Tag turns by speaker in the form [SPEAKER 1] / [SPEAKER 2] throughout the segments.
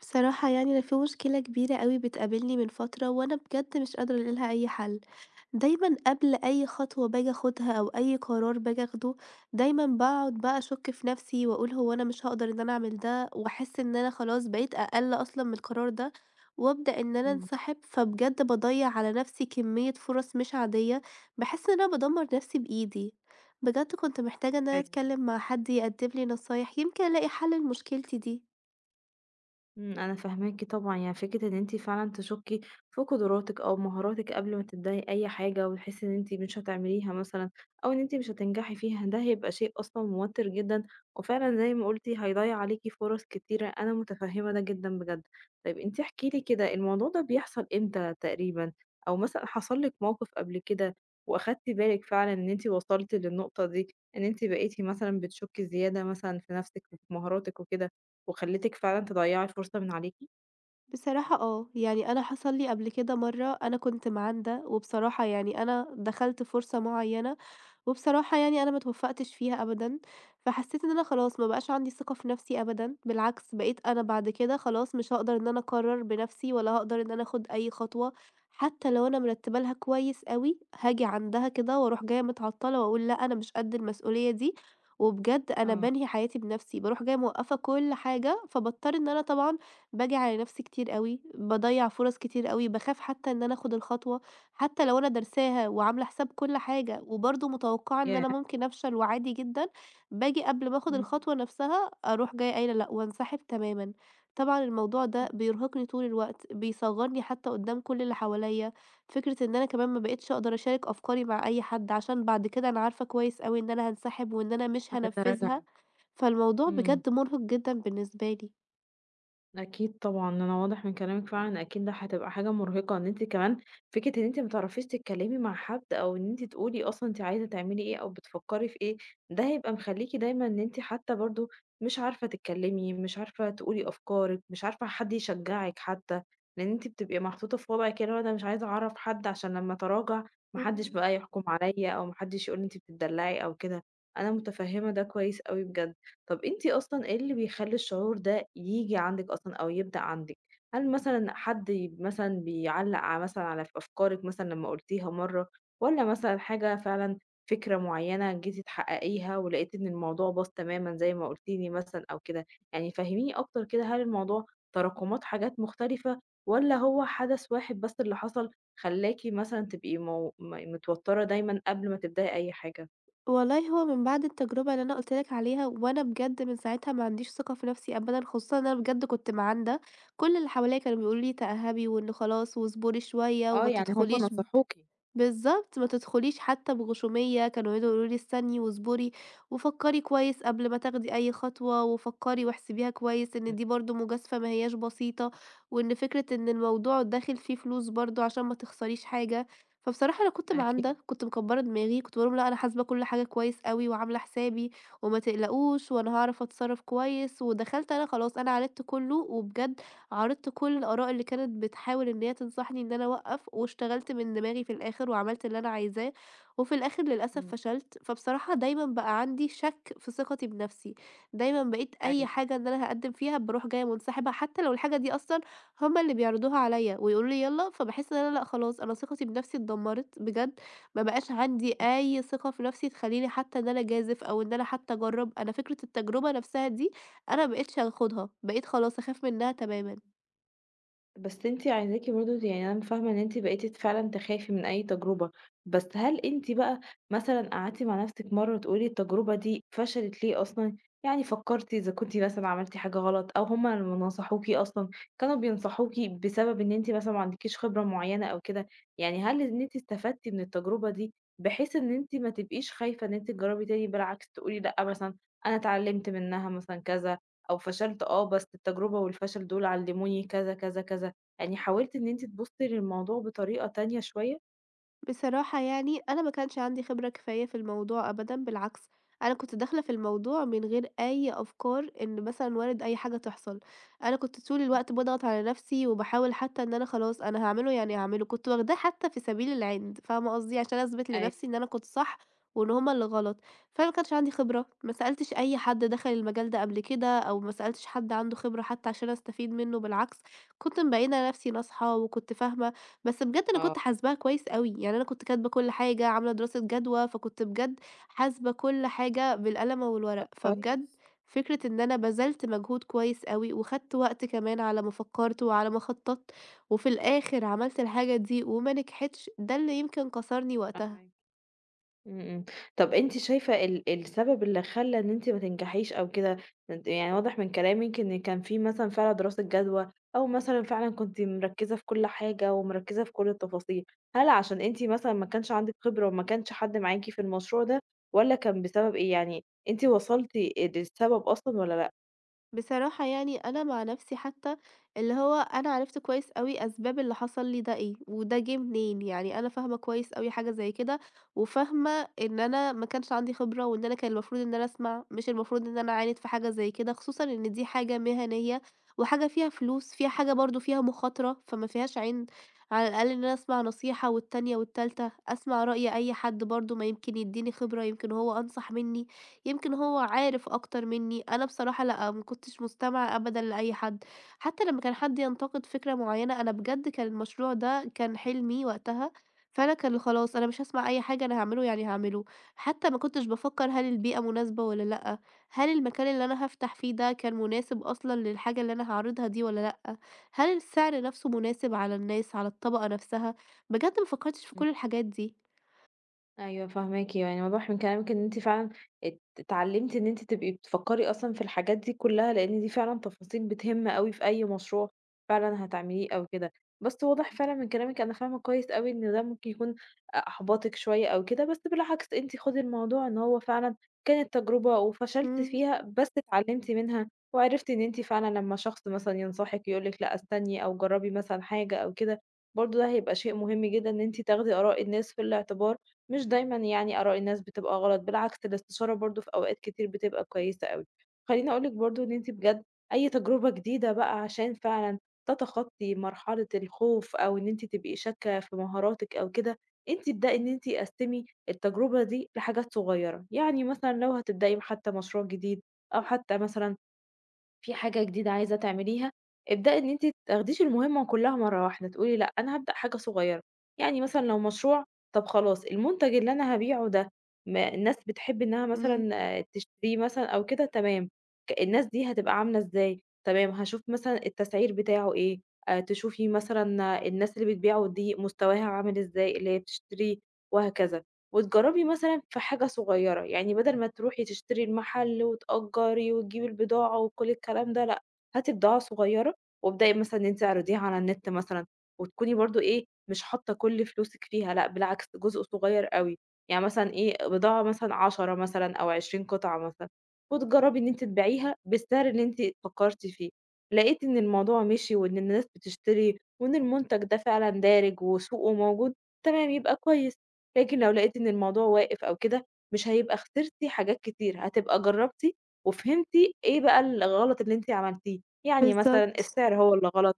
[SPEAKER 1] بصراحة يعني أنا في مشكلة كبيرة أوي بتقابلني من فترة وأنا بجد مش قادرة ألاقي لها أي حل، دايمًا قبل أي خطوة باجي أخدها أو أي قرار باجي أخده دايمًا باقعد بقى أشك في نفسي وأقول هو أنا مش هاقدر إن أنا أعمل ده، وأحس إن أنا خلاص بقيت أقل أصلًا من القرار ده، وأبدأ إن أنا
[SPEAKER 2] إمم،
[SPEAKER 1] أنسحب، فبجد باضيّع على نفسي كمية فرص مش عادية، باحس إن أنا بادمر نفسي بإيدي، بجد كنت محتاجة إن أنا
[SPEAKER 2] أيوه،
[SPEAKER 1] أتكلم مع حد يقدم لي نصايح يمكن ألاقي حل لمشكلتي دي.
[SPEAKER 2] أنا فاهماكِ طبعًا، يعني فكرة إن أنتِ فعلًا تشكي في قدراتِك أو مهاراتِك قبل ما تبدئي أي حاجة وتحسي إن أنتِ مش هتعمليها مثلًا، أو إن أنتِ مش هتنجحي فيها، ده هيبقى شيء أصلًا موتر جدًا، وفعلًا زي ما قلتِ هيضيّع عليكِ فرص كتيرة، أنا متفهمة ده جدًا بجد. طيب أنتِ احكي لي كده الموضوع ده بيحصل إمتى تقريبًا؟ أو مثلًا حصل لِك موقف قبل كده وأخدتِ بالِك فعلًا إن أنتِ وصلتِ للنقطة دي، إن أنتِ بقيتِ مثلًا بتشكي زيادة مثلًا في نفسِك وفي مهاراتِك وكده، وخلّتِك فعلًا تضيّعي فرصة من عليكِ؟
[SPEAKER 1] بصراحة آه، يعني أنا حصل لي قبل كده مرّة أنا كنت معاندة، وبصراحة يعني أنا دخلت فرصة معيّنة، وبصراحة يعني أنا ما اتوفّقتش فيها أبدًا، فحسّيت إن أنا خلاص ما بقاش عندي ثقة في نَفْسي أبدًا، بالعكس بقيت أنا بعد كده خلاص مش هاقدر إن أنا أقرّر بنَفْسي، ولا هاقدر إن أنا آخُد أي خطوة، حتى لو أنا مرتّبة لها كويس أوي، هاجي عندها كده وأروح جاية متعطّلة وأقول لأ أنا مش قد المسؤولية دي، وبجد أنا
[SPEAKER 2] آه.
[SPEAKER 1] بانهي حياتي بنَفْسي، باروح جاية موقّفة كل حاجة، فباضطر إن أنا طبعًا باجي على نفسي كتير أوي، باضيّع فرص كتير أوي، باخاف حتى إن أنا آخد الخطوة، حتى لو أنا دارساها وعاملة حساب كل حاجة، وبرضه متوقعة إن
[SPEAKER 2] ياه!
[SPEAKER 1] أنا ممكن أفشل وعادي جدًا، باجي قبل ما آخد
[SPEAKER 2] إمم،
[SPEAKER 1] الخطوة نفسها أروح جاية قايلة لأ وانسحب تمامًا. طبعًا الموضوع ده
[SPEAKER 2] إمم،
[SPEAKER 1] بيرهقني طول الوقت، بيصغّرني حتى قدّام كل اللي حواليّا، فكرة إن أنا كمان ما بقيتش أقدر أشارك أفكاري مع أي حد، عشان بعد كده أنا عارفة كويس أوي إن أنا هانسحب وإن أنا مش
[SPEAKER 2] قاعدة أراجع
[SPEAKER 1] هانفذها،
[SPEAKER 2] أهي.
[SPEAKER 1] فالموضوع
[SPEAKER 2] إمم.
[SPEAKER 1] بجد مُرهق جدًا بالنسبة لي.
[SPEAKER 2] أكيد طبعًا، أنا واضح من كلامِك فعلًا أكيد ده هتبقى حاجة مرهقة، إن أنتِ كمان فكرة إن أنتِ ما تعرفيش تتكلمي مع حد أو إن أنتِ تقولي أصلًا أنتِ عايزة تعملي إيه أو بتفكّري في إيه، ده هيبقى مخلّيكِ دايمًا إن أنتِ حتى برضه مش عارفة تتكلمي، مش عارفة تقولي أفكارِك، مش عارفة حد يشجعِك حتى، لإن أنتِ بتبقي محطوطة في وضع كده اللي هو أنا مش عايزة أعرّف حد عشان لمّا أتراجع ما حدش
[SPEAKER 1] إمم.
[SPEAKER 2] بقى يحكم عليَّ أو ما حدش يقول لي أنتِ بتتدلّعي أو كده، أنا متفهّمة ده كويس أوي بجد. طب أنتِ أصلًا إيه اللي بيخلّي الشعور ده ييجي عندِك أصلًا أو يبدأ عندِك؟ هل مثلًا حد مثلًا بيعلّق مثلًا على أفكارِك مثلًا لمّا قُلتيها مرّة، والّا مثلًا حاجة فعلًا فكرة معيّنة جيتِ تحققيها ولقيتِ إن الموضوع باظ تمامًا زي ما قُلتِ لي مثلًا أو كده؟ يعني فهّميني أكتر كده هل الموضوع تراكمات حاجات مختلفة، والّا هو حدث واحد بس اللي حصل خلّاكِ مثلًا تبقي مو م متوتّرة دايمًا قبل ما تبدئي أي حاجة؟
[SPEAKER 1] والله هو من بعد التجربة اللي أنا قُلت لك عليها، وأنا بجد من ساعتها ما عنديش ثقة في نفسي أبدًا، خصوصًا إن أنا بجد كنت مَعَندة، كل اللي حواليّا كانوا بيقولوا لي تأهبي وإن خلاص واصبري شوية
[SPEAKER 2] آه،
[SPEAKER 1] وما
[SPEAKER 2] يعني هم
[SPEAKER 1] تدخليش
[SPEAKER 2] نصحوكِ.
[SPEAKER 1] بالضبط، ما تدخليش حتى بغشومية، كانوا يقعدوا يقولوا لي: "استني واصبري وفكّري كويس قبل ما تاخدي أي خطوة، وفكّري واحسبيها كويس إن
[SPEAKER 2] إمم،
[SPEAKER 1] دي برضه مجازفة ما هياش بسيطة، وإن فكرة إن الموضوع داخل فيه فلوس برضه عشان ما تخسريش حاجة." فبصراحة أنا كنت معانده،
[SPEAKER 2] أكيد.
[SPEAKER 1] كنت مكبّرة دماغي، كنت باقول لهم: "لأ، أنا حاسبة كل حاجة كويس أوي وعاملة حسابي وما تقلقوش وأنا هاعرف أتصرّف كويس." ودخلت أنا خلاص أنا عالجت كُلّه وبجد عارضت كل الآراء اللي كانت بتحاول إن هي تنصحني إن أنا أوقّف، واشتغلت من دماغي في الآخر وعملت اللي أنا عايزاه، وفي الآخر للأسف
[SPEAKER 2] إمم.
[SPEAKER 1] فشلت، فبصراحة دايمًا بقى عندي شَك في ثقتي بنفسي، دايمًا بقيت أي
[SPEAKER 2] أيوه،
[SPEAKER 1] حاجة إن أنا هاقدّم فيها باروح جاية منسحبة، حتى لو الحاجة دي أصلًا هُم اللي بيعرضوها عليَّ ويقولوا لي يالّا، فباحس إن أنا لأ خلاص أنا ثقتي بنفسي اتدمرت بجد، ما بقاش عندي
[SPEAKER 2] فاهماكِ.
[SPEAKER 1] أي ثقة في نفسي تخلّيني حتى إن أنا أجازف أو إن أنا حتى أجرّب، أنا فكرة التجربة نفسها دي أنا ما بقيتش هاخدها، بقيت خلاص أخاف منها
[SPEAKER 2] إمم،
[SPEAKER 1] تمامًا.
[SPEAKER 2] إمم. بس أنتِ عايزاكِ برضه يعني أنا فاهمة إن أنتِ بقيتِ فعلًا تخافي من أي تجربة، بس هل أنتِ بقى مثلًا قعدتِ مع نفسِك مرّة تقولي التجربة دي فشلت ليه أصلًا؟ يعني فكرتِ إذا كنتِ مثلًا عملتِ حاجة غلط أو هُم لمّا نصحوكِ أصلًا كانوا بينصحوكِ بسبب إن أنتِ مثلًا ما عندكيش خبرة معينة أو كده، يعني هل إن أنتِ استفدتِ من التجربة دي بحيث إن أنتِ ما تبقيش خايفة إن أنتِ تجربي تاني بالعكس تقولي لأ مثلًا، أنا اتعلمت منها مثلًا كذا أو فشلت آه، بس التجربة والفشل دول علموني كذا، كذا، كذا؟ يعني حاولتِ إن أنتِ تبُصّي للموضوع بطريقة تانية شوية؟
[SPEAKER 1] بصراحة يعني أنا ما كانش عندي خبرة كفاية في الموضوع أبدًا، بالعكس أنا كنت داخلة في الموضوع من غير أي أفكار إن مثلًا وارد أي حاجة تحصل، أنا كنت طول الوقت باضغط على نفسي وباحاول حتى إن أنا خلاص أنا هاعمله يعني هاعمله، كنت واخداه حتى في سبيل العِند، فاهمة قصدي؟ عشان أثبت
[SPEAKER 2] أيوه
[SPEAKER 1] لنفسي إن أنا كنت صح وإن هُم اللي غلط، فأنا ما كانش عندي خبرة، ما سألتش أي حد دخل المجال ده قبل كده، أو ما سألتش حد عنده خبرة حتى عشان أستفيد منه، بالعكس كنت مبيّنة لنفسي ناصحة وكنت فاهمة بس بجد أنا كنت
[SPEAKER 2] آه،
[SPEAKER 1] حاسباها كويس أوي، يعني أنا كنت كاتبة كل حاجة، عاملة دراسة جدوى، فكنت بجد حاسبة كل حاجة بالقلمة
[SPEAKER 2] طب
[SPEAKER 1] والورق، فبجد
[SPEAKER 2] كويس.
[SPEAKER 1] فكرة
[SPEAKER 2] إمم،
[SPEAKER 1] إن أنا بذلت مجهود كويس أوي، وخدت وقت كمان على ما فكرت وعلى ما خططت، وفي الآخر عملت الحاجة دي وما نجحتش، ده اللي يمكن كسرني
[SPEAKER 2] فاهماك.
[SPEAKER 1] وقتها.
[SPEAKER 2] إمم، إمم. طب أنتِ شايفة السبب اللي خلّى إن أنتِ ما تنجحيش أو كده، أنتِ يعني واضح من كلامِك إن كان في مثلًا فعلًا دراسة جدوى أو مثلًا فعلًا كنتِ مركّزة في كل حاجة ومركّزة في كل التفاصيل، هل عشان أنتِ مثلًا ما كانش عندِك خبرة وما كانش حد معاكِ في المشروع ده والّا كان بسبب إيه؟ يعني أنتِ وصلتِ للسبب أصلًا والّا لأ؟
[SPEAKER 1] بصراحة يعني أنا مع نفسي حتى اللي هو أنا عرفت كويس أوي أسباب اللي حصل لي ده إيه وده جه منين يعني أنا فاهمة كويس أوي حاجة زي كده وفاهمة إن أنا ما كانش عندي خبرة وإن أنا كان المفروض إن أنا أسمع مش المفروض إن أنا أعاند في حاجة زي كده خصوصا إن دي حاجة مهنية وحاجة فيها فلوس فيها حاجة برضو فيها مخاطرة فما فيهاش عند على الأقل إن أنا أسمع نصيحة والتانية والتالتة أسمع رأي أي حد برضو ما يمكن يديني خبرة يمكن هو أنصح مني يمكن هو عارف أكتر منّي، أنا بصراحة لأ، ما كنتش مستمعة أبدًا لأي حد، حتى لمّا كان حد ينتقد فكرة معيّنة، أنا بجد كان المشروع ده كان حلمي وقتها، فأنا كان خلاص أنا مش هاسمع أي حاجة، أنا هاعمله يعني هاعمله، حتى ما كنتش بافكّر هل
[SPEAKER 2] فاهماكِ،
[SPEAKER 1] البيئة مناسبة والّا لأ، هل المكان اللي أنا هافتح فيه ده كان مناسب أصلًا للحاجة اللي أنا هاعرضها دي والّا لأ، هل السعر نفْسه مناسب على الناس، على الطبقة نفْسها، بجد ما فكّرتش في
[SPEAKER 2] إمم.
[SPEAKER 1] كل الحاجات دي.
[SPEAKER 2] أيوه فاهماكِ، يعني واضح من كلامِك إن أنتِ فعلًا اتعلمتِ إن أنتِ تبقي بتفكّري أصلًا في الحاجات دي كلّها، لإن دي فعلًا تفاصيل بتهم أوي في أي مشروع فعلًا هتعمليه أو كده. بس واضح فعلًا من كلامِك أنا فاهمة كويس أوي إن ده ممكن يكون أحبطِك شوية أو كده، بس بالعكس أنتِ خُدي الموضوع إن هو فعلًا كانت تجربة وفشلتِ
[SPEAKER 1] إمم،
[SPEAKER 2] فيها، بس اتعلمتِ منها وعرفتِ إن أنتِ فعلًا لمّا شخص مثلًا ينصحِك يقول لِك لأ استني أو جرّبي مثلًا حاجة أو كده، برضه ده هيبقى شيء مهم جدًا إن أنتِ تاخدي آراء الناس في الاعتبار. مش دايمًا يعني آراء الناس بتبقى غلط، بالعكس الاستشارة برضه في أوقات كتير بتبقى كويسة أوي. خلّيني أقول لِك برضه إن أنتِ بجد أي تجربة جديدة بقى عشان فعلًا تتخطّي مرحلة الخوف أو إن أنتِ تبقي شاكة في مهاراتِك أو كده، أنتِ ابدئي إن أنتِ قسّمي التجربة دي لحاجات صغيرة، يعني مثلًا لو هتبدئي حتى مشروع جديد أو حتى مثلًا في حاجة جديدة عايزة تعمليها، ابدئي إن أنتِ تاخديش المهمة كلها مرّة واحدة، تقولي لأ، أنا هابدأ حاجة صغيّرة، يعني مثلًا لو مشروع، طَب خلاص المنتج اللي أنا هابيعه ده ما الناس بتحب إنها
[SPEAKER 1] إمم،
[SPEAKER 2] مثلًا آه، تشتريه مثلًا أو كده، تمام، ك الناس دي هتبقى عاملة إزاي، تمام، هاشوف مثلًا التسعير بتاعه إيه، تشوفي مثلًا آه، الناس اللي بتبيعه دي مستواها عامل إزاي اللي هي بتشتريه وهكذا. وتجرّبي مثلًا في حاجة صغيّرة، يعني بدل ما تروحي تشتري المحل وتأجّري وتجيبي البضاعة وكل الكلام ده لأ، هاتي بضاعة صغيّرة وابدئي مثلًا إن أنتِ اعرضيها على النت مثلًا، وتكوني برضه إيه، مش حاطّة كل فلوسِك فيها لأ، بالعكس جزء صغيّر أوي، يعني مثلًا إيه، بضاعة مثلًا 10 مثلًا أو 20 قطعة مثلًا، وتجرّبي إن أنتِ تبيعيها بالسعر اللي أنتِ فكّرتِ فيه، لقيتِ إن الموضوع مشي وإن الناس بتشتري وإن المنتج ده فعلًا دارج وسوقه موجود، تمام يبقى كويس. لكن لو لقيتِ إن الموضوع واقف أو كده، مش هيبقى خسرتِ حاجات كتير، هتبقى جرّبتِ وفهمتِ إيه بقى الغلط اللي أنتِ عملتيه، يعني مثلًا
[SPEAKER 1] بالضبط.
[SPEAKER 2] السعر هو اللي غلط،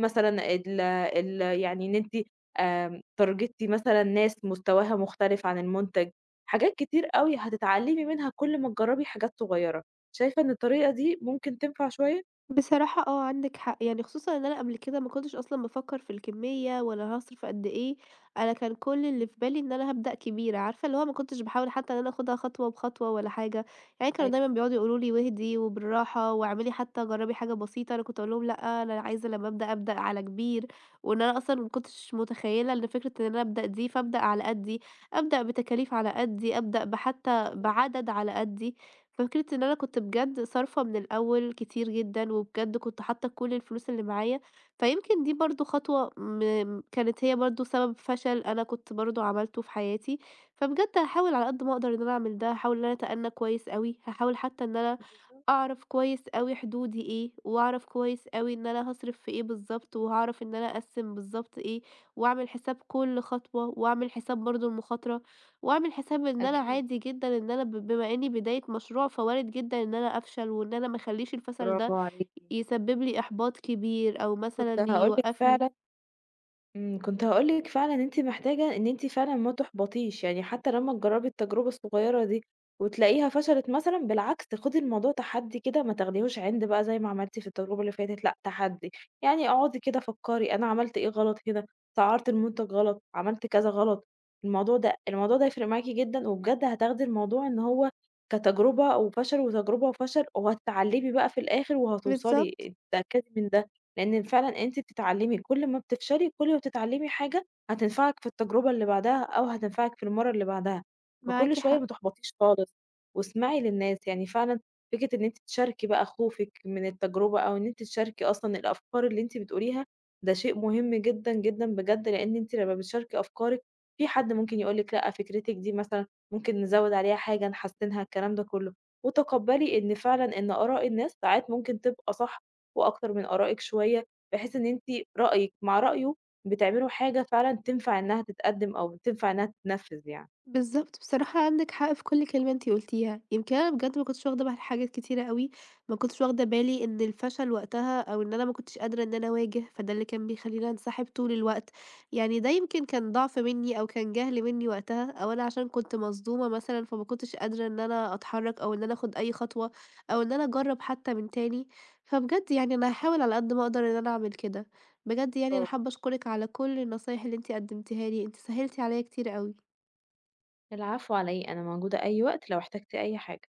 [SPEAKER 2] مثلًا ال ال يعني إن أنتِ تارجتِ مثلًا ناس مستواها مختلف عن المنتج، حاجات كتير أوي هتتعلمي منها كل ما تجرّبي حاجات صغيّرة، شايفة إن الطريقة دي ممكن تنفع شوية؟
[SPEAKER 1] بصراحة آه، عندِك حق، يعني خصوصًا إن أنا قبل كده ما كنتش أصلًا بافكّر في الكمية ولا أنا هاصرف قد إيه، أنا كان كل
[SPEAKER 2] إمم،
[SPEAKER 1] اللي في بالي إن أنا هابدأ كبيرة، عارفة اللي هو ما كنتش باحاول حتى إن أنا آخُدها خطوة بخطوة ولا حاجة، يعني كانوا دايمًا
[SPEAKER 2] أيوه
[SPEAKER 1] بيقعدوا يقولوا لي واهدي وبالراحة واعملي حتى جرّبي حاجة بسيطة، أنا كنت أقول لهم لأ، أنا عايزة لمّا أبدأ، أبدأ على كبير، وإن أنا أصلًا ما كنتش متخيّلة إن فكرة إن أنا أبدأ دي، فابدأ على قدّي، أبدأ بتكاليف على قدّي، أبدأ بحتى
[SPEAKER 2] بالضبط،
[SPEAKER 1] بعدد على قدّي. فكرة إن أنا كنت بجد صارفة من الأول كتير جدًا، وبجد كنت حاطة كل الفلوس اللي معايا، فيمكن دي برضه خطوة م كانت هي برضه سبب فشل أنا كنت برضه عملته في حياتي، فبجد هاحاول على قد ما أقدر إن أنا أعمل ده، هاحاول إن أنا أتأنى كويس أوي، هاحاول حتى إن أنا
[SPEAKER 2] بالضبط،
[SPEAKER 1] أعرف كويس أوي حدودي إيه، وأعرف كويس أوي إن أنا هاصرف في إيه بالضبط، وهاعرف إن أنا أقسّم بالضبط إيه، وأعمل حساب كل خطوة، وأعمل حساب برضه المخاطرة، وأعمل حساب إن أنا
[SPEAKER 2] أكيد.
[SPEAKER 1] عادي جدًا إن أنا بما إني بداية مشروع فوارد جدًا إن أنا أفشل، وإن أنا ما اخلّيش الفشل ده
[SPEAKER 2] برافو عليكِ،
[SPEAKER 1] يسبب لي إحباط كبير أو
[SPEAKER 2] كنت
[SPEAKER 1] مثلًا
[SPEAKER 2] هاقول لِك
[SPEAKER 1] يوقّفني.
[SPEAKER 2] فعلًا إمم، كنت هاقول لِك فعلًا ان أنتِ محتاجة إن أنتِ فعلًا ما تُحبطيش، يعني حتى لمّا تجرّبي التجربة الصغيرة دي وتلاقيها فشلت مثلًا، بالعكس خدي الموضوع تحدي كده، ما تاخديهوش عِند بقى زي ما عملتِ في التجربة اللي فاتت، لأ تحدي، يعني اقعدي كده فكّري أنا عملت إيه غلط هنا، سعرت المنتج غلط، عملت كذا غلط، الموضوع ده الموضوع ده هيفرق معاكِ جدًا، وبجد هتاخدي الموضوع إن هو كتجربة وفشل، وتجربة وفشل، وهتتعلمي بقى في الآخر وهتوصلي،
[SPEAKER 1] بالضبط،
[SPEAKER 2] اتأكدي من ده. لأن فعلًا أنتِ بتتعلّمي كل ما بتفشلي، كل ما بتتعلّمي حاجة هتنفعِك في التجربة اللي بعدها أو هتنفعِك في المَرّة اللي بعدها، فكل
[SPEAKER 1] معاكِ
[SPEAKER 2] شوية
[SPEAKER 1] حق.
[SPEAKER 2] ما تُحبطيش خالص، واسمعي للناس، يعني فعلًا فكرة إن أنتِ تشاركي بقى خوفِك من التجربة أو إن أنتِ تشاركي أصلًا الأفكار اللي أنتِ بتقوليها، ده شيء مهم جدًا، جدًا بجد، لأن أنتِ لمّا بتشاركي أفكارِك في حد ممكن يقول لِك لأ فكرتِك دي مثلًا ممكن نزوّد عليها حاجة، نحسّنها، الكلام ده كُلّه، وتقبّلي إن فعلًا إن آراء الناس ساعات ممكن تبقى صح وأكتر من آرائِك شوية، بحيث إن أنتِ رأيِك مع رأيه بتعملوا حاجة فعلًا تنفع إنها تتقدم أو تنفع إنها تتنفذ يعني.
[SPEAKER 1] بالضبط، بصراحة عندِك حق في كل كلمة أنتِ قُلتيها، يمكن أنا بجد ما كنتش واخدة بالي حاجات كتيرة أوي، ما كنتش واخدة بالي إن الفشل وقتها أو إن أنا ما كنتش قادرة إن أنا أواجه، فده اللي كان بيخلّيني أنسحب طول الوقت، يعني ده يمكن كان ضعف منّي أو كان جهل منّي وقتها، أو أنا عشان كنت مصدومة مثلًا فما كنتش قادرة إن أنا أتحرّك أو إن أنا آخُد أي خطوة أو إن أنا أجرّب حتى من تاني، فبجد يعني أنا هاحاول على قد ما أقدر إن أنا أعمل كده، بجد يعني أنا
[SPEAKER 2] برافو.
[SPEAKER 1] حابة أشكرِك على كل النصايح اللي أنتِ قدّمتيها لي، أنتِ سهّلتِ عليّا كتير أوي.
[SPEAKER 2] العفو على إيه، أنا موجودة أي وقت لو احتجتِ أي حاجة.